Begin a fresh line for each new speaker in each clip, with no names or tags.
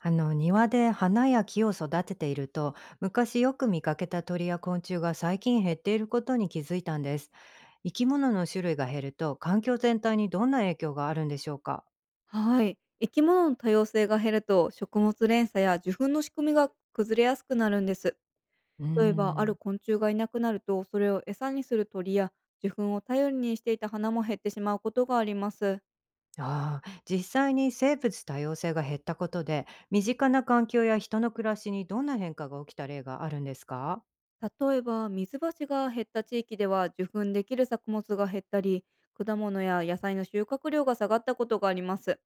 あの庭で花や木を育てていると、昔よく見かけた鳥や昆虫が最近減っていることに気づいたんです。生き物の種類が減ると環境全体にどんな影響があるんでしょうか？
はい。生き物の多様性が減ると、食物連鎖や受粉の仕組みが崩れやすくなるんです。
うー
例えば、ある
ん。
昆虫がいなくなると、それを餌にする鳥や、受粉を頼りにしていた花も減ってしまうことがあります。
ああ、実際に生物多様性が減ったことで身近な環境や人の暮らしにどんな変化が起きた例があるんですか？
例えば、水橋が減った地域では、受粉できる作物が減ったり、果物や野菜の収穫量が下がったことがあります。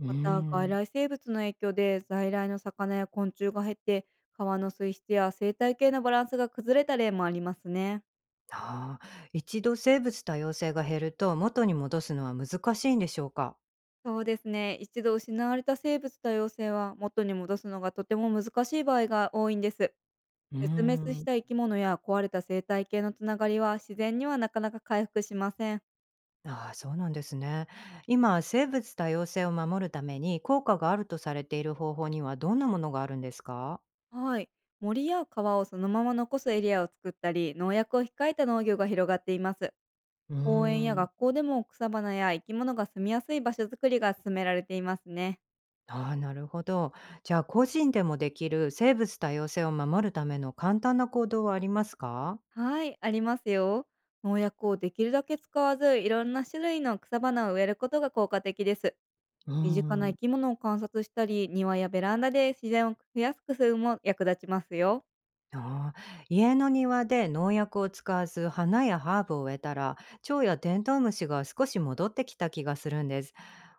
うー
また、外
ん。
来生物の影響で、在来の魚や昆虫が減って、川の水質や生態系のバランスが崩れた例もありますね。
ああ、一度生物多様性が減ると元に戻すのは難しいんでしょうか？
そうですね。一度失われた生物多様性は元に戻すのがとても難しい場合が多いんです。
うー
絶滅し
ん。
た生き物や壊れた生態系のつながりは自然にはなかなか回復しません。
ああ、そうなんですね。今、生物多様性を守るために効果があるとされている方法にはどんなものがあるんですか？
はい。森や川をそのまま残すエリアを作ったり、農薬を控えた農業が広がっています。
うー
公園や
ん。
学校でも草花や生き物が住みやすい場所づくりが進められていますね。
ああ、なるほど。じゃあ、個人でもできる生物多様性を守るための簡単な行動はありますか？
はい、ありますよ。農薬をできるだけ使わず、いろんな種類の草花を植えることが効果的です。
うー
身近な生
ん。
き物を観察したり、庭やベランダで自然を増やす工夫も役立ちますよ。
ああ、家の庭で農薬を使わず花やハーブを植えたら、蝶やテントウムシが少し戻ってきた気がするんです。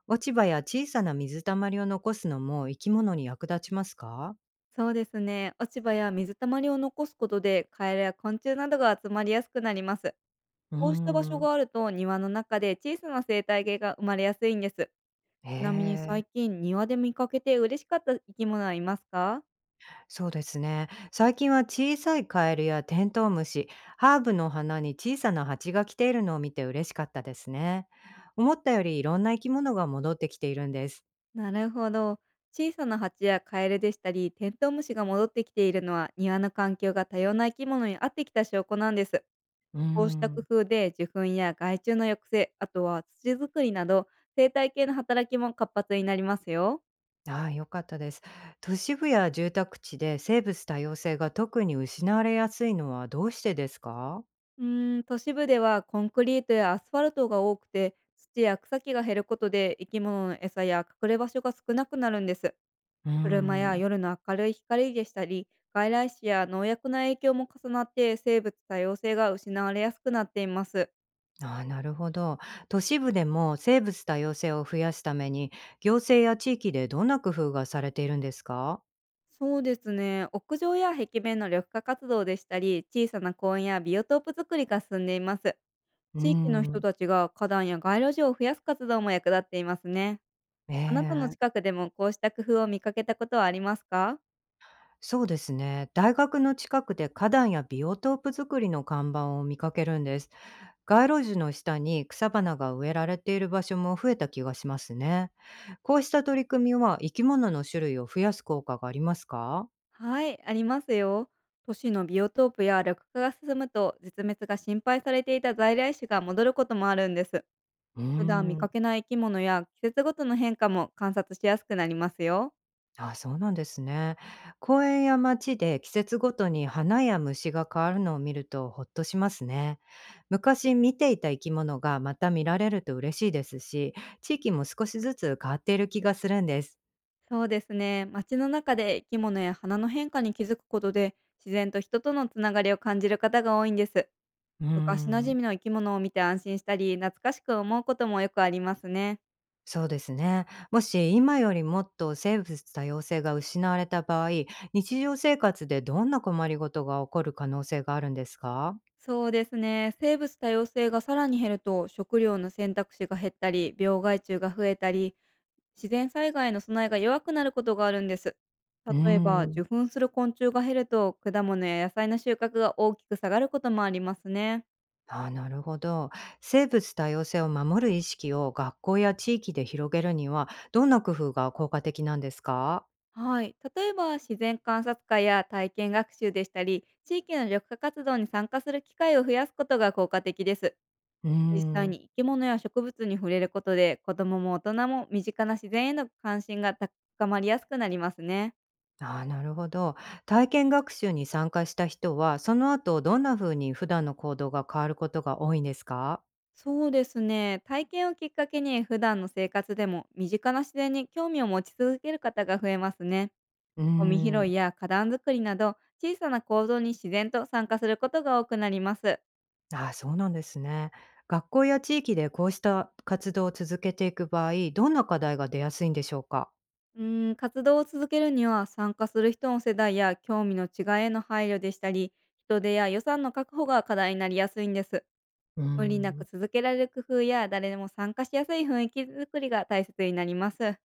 落ち葉や小さな水たまりを残すのも生き物に役立ちますか？
そうですね。落ち葉や水たまりを残すことで、カエルや昆虫などが集まりやすくなります。
うー
こうした場所
ん。
があると、庭の中で小さな生態系が生まれやすいんです。
へ
ちなみに
え、
最近、庭で見かけて嬉しかった生き物はいますか？
そうですね。最近は小さいカエルやテントウムシ、ハーブの花に小さな蜂が来ているのを見て嬉しかったですね。思ったよりいろんな生き物が戻ってきているんです。
なるほど。小さな蜂やカエルでしたり、テントウムシが戻ってきているのは、庭の環境が多様な生き物に合ってきた証拠なんです。
うー
こうした工
ん。
夫で受粉や害虫の抑制、あとは土作りなど、生態系の働きも活発になりますよ。
ああ、よかったです。都市部や住宅地で生物多様性が特に失われやすいのはどうしてですか？
うーん、都市部ではコンクリートやアスファルトが多くて、土や草木が減ることで生き物の餌や隠れ場所が少なくなるんです。
うー
車や
ん。
夜の明るい光でしたり、外来種や農薬の影響も重なって生物多様性が失われやすくなっています。
ああ、なるほど。都市部でも生物多様性を増やすために、行政や地域でどんな工夫がされているんですか？
そうですね。屋上や壁面の緑化活動でしたり、小さな公園やビオトープ作りが進んでいます。
うー
地域の人
ん。
たちが花壇や街路樹を増やす活動も役立っていますね。
え
あなたの
え、
近くでもこうした工夫を見かけたことはありますか？
そうですね。大学の近くで花壇やビオトープ作りの看板を見かけるんです。街路樹の下に草花が植えられている場所も増えた気がしますね。こうした取り組みは生き物の種類を増やす効果がありますか？
はい、ありますよ。都市のビオトープや緑化が進むと、絶滅が心配されていた在来種が戻ることもあるんです。
うー
普段見
ん。
かけない生き物や季節ごとの変化も観察しやすくなりますよ。
あ、そうなんですね。公園や街で季節ごとに花や虫が変わるのを見るとほっとしますね。昔見ていた生き物がまた見られると嬉しいですし、地域も少しずつ変わっている気がするんです。
そうですね。街の中で生き物や花の変化に気づくことで、自然と人とのつながりを感じる方が多いんです。
うー
昔馴染
ん、
みの生き物を見て安心したり、懐かしく思うこともよくありますね。
そうですね。もし今よりもっと生物多様性が失われた場合、日常生活でどんな困りごとが起こる可能性があるんですか？
そうですね。生物多様性がさらに減ると、食料の選択肢が減ったり、病害虫が増えたり、自然災害の備えが弱くなることがあるんです。
うー
例えば、
ん。
受粉する昆虫が減ると、果物や野菜の収穫が大きく下がることもありますね。
ああ、なるほど。生物多様性を守る意識を学校や地域で広げるには、どんな工夫が効果的なんですか？
はい。例えば、自然観察会や体験学習でしたり、地域の緑化活動に参加する機会を増やすことが効果的です。
うー
実際
ん。
に生き物や植物に触れることで、子供も大人も身近な自然への関心が高まりやすくなりますね。
ああ、なるほど。体験学習に参加した人は、その後どんな風に普段の行動が変わることが多いんですか？
そうですね。体験をきっかけに普段の生活でも身近な自然に興味を持ち続ける方が増えますね。
うー
ゴミ拾
ん。
いや花壇作りなど、小さな行動に自然と参加することが多くなります。
ああ、そうなんですね。学校や地域でこうした活動を続けていく場合、どんな課題が出やすいんでしょうか？
うーん、活動を続けるには参加する人の世代や興味の違いへの配慮でしたり、人手や予算の確保が課題になりやすいんです。
うー
無理なく
ん。
続けられる工夫や、誰でも参加しやすい雰囲気作りが大切になります。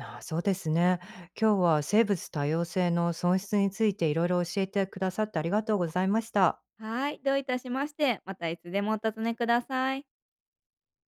ああ、そうですね。今日は生物多様性の損失についていろいろ教えてくださってありがとうございました。
はい、どういたしまして、またいつでもお尋ねください。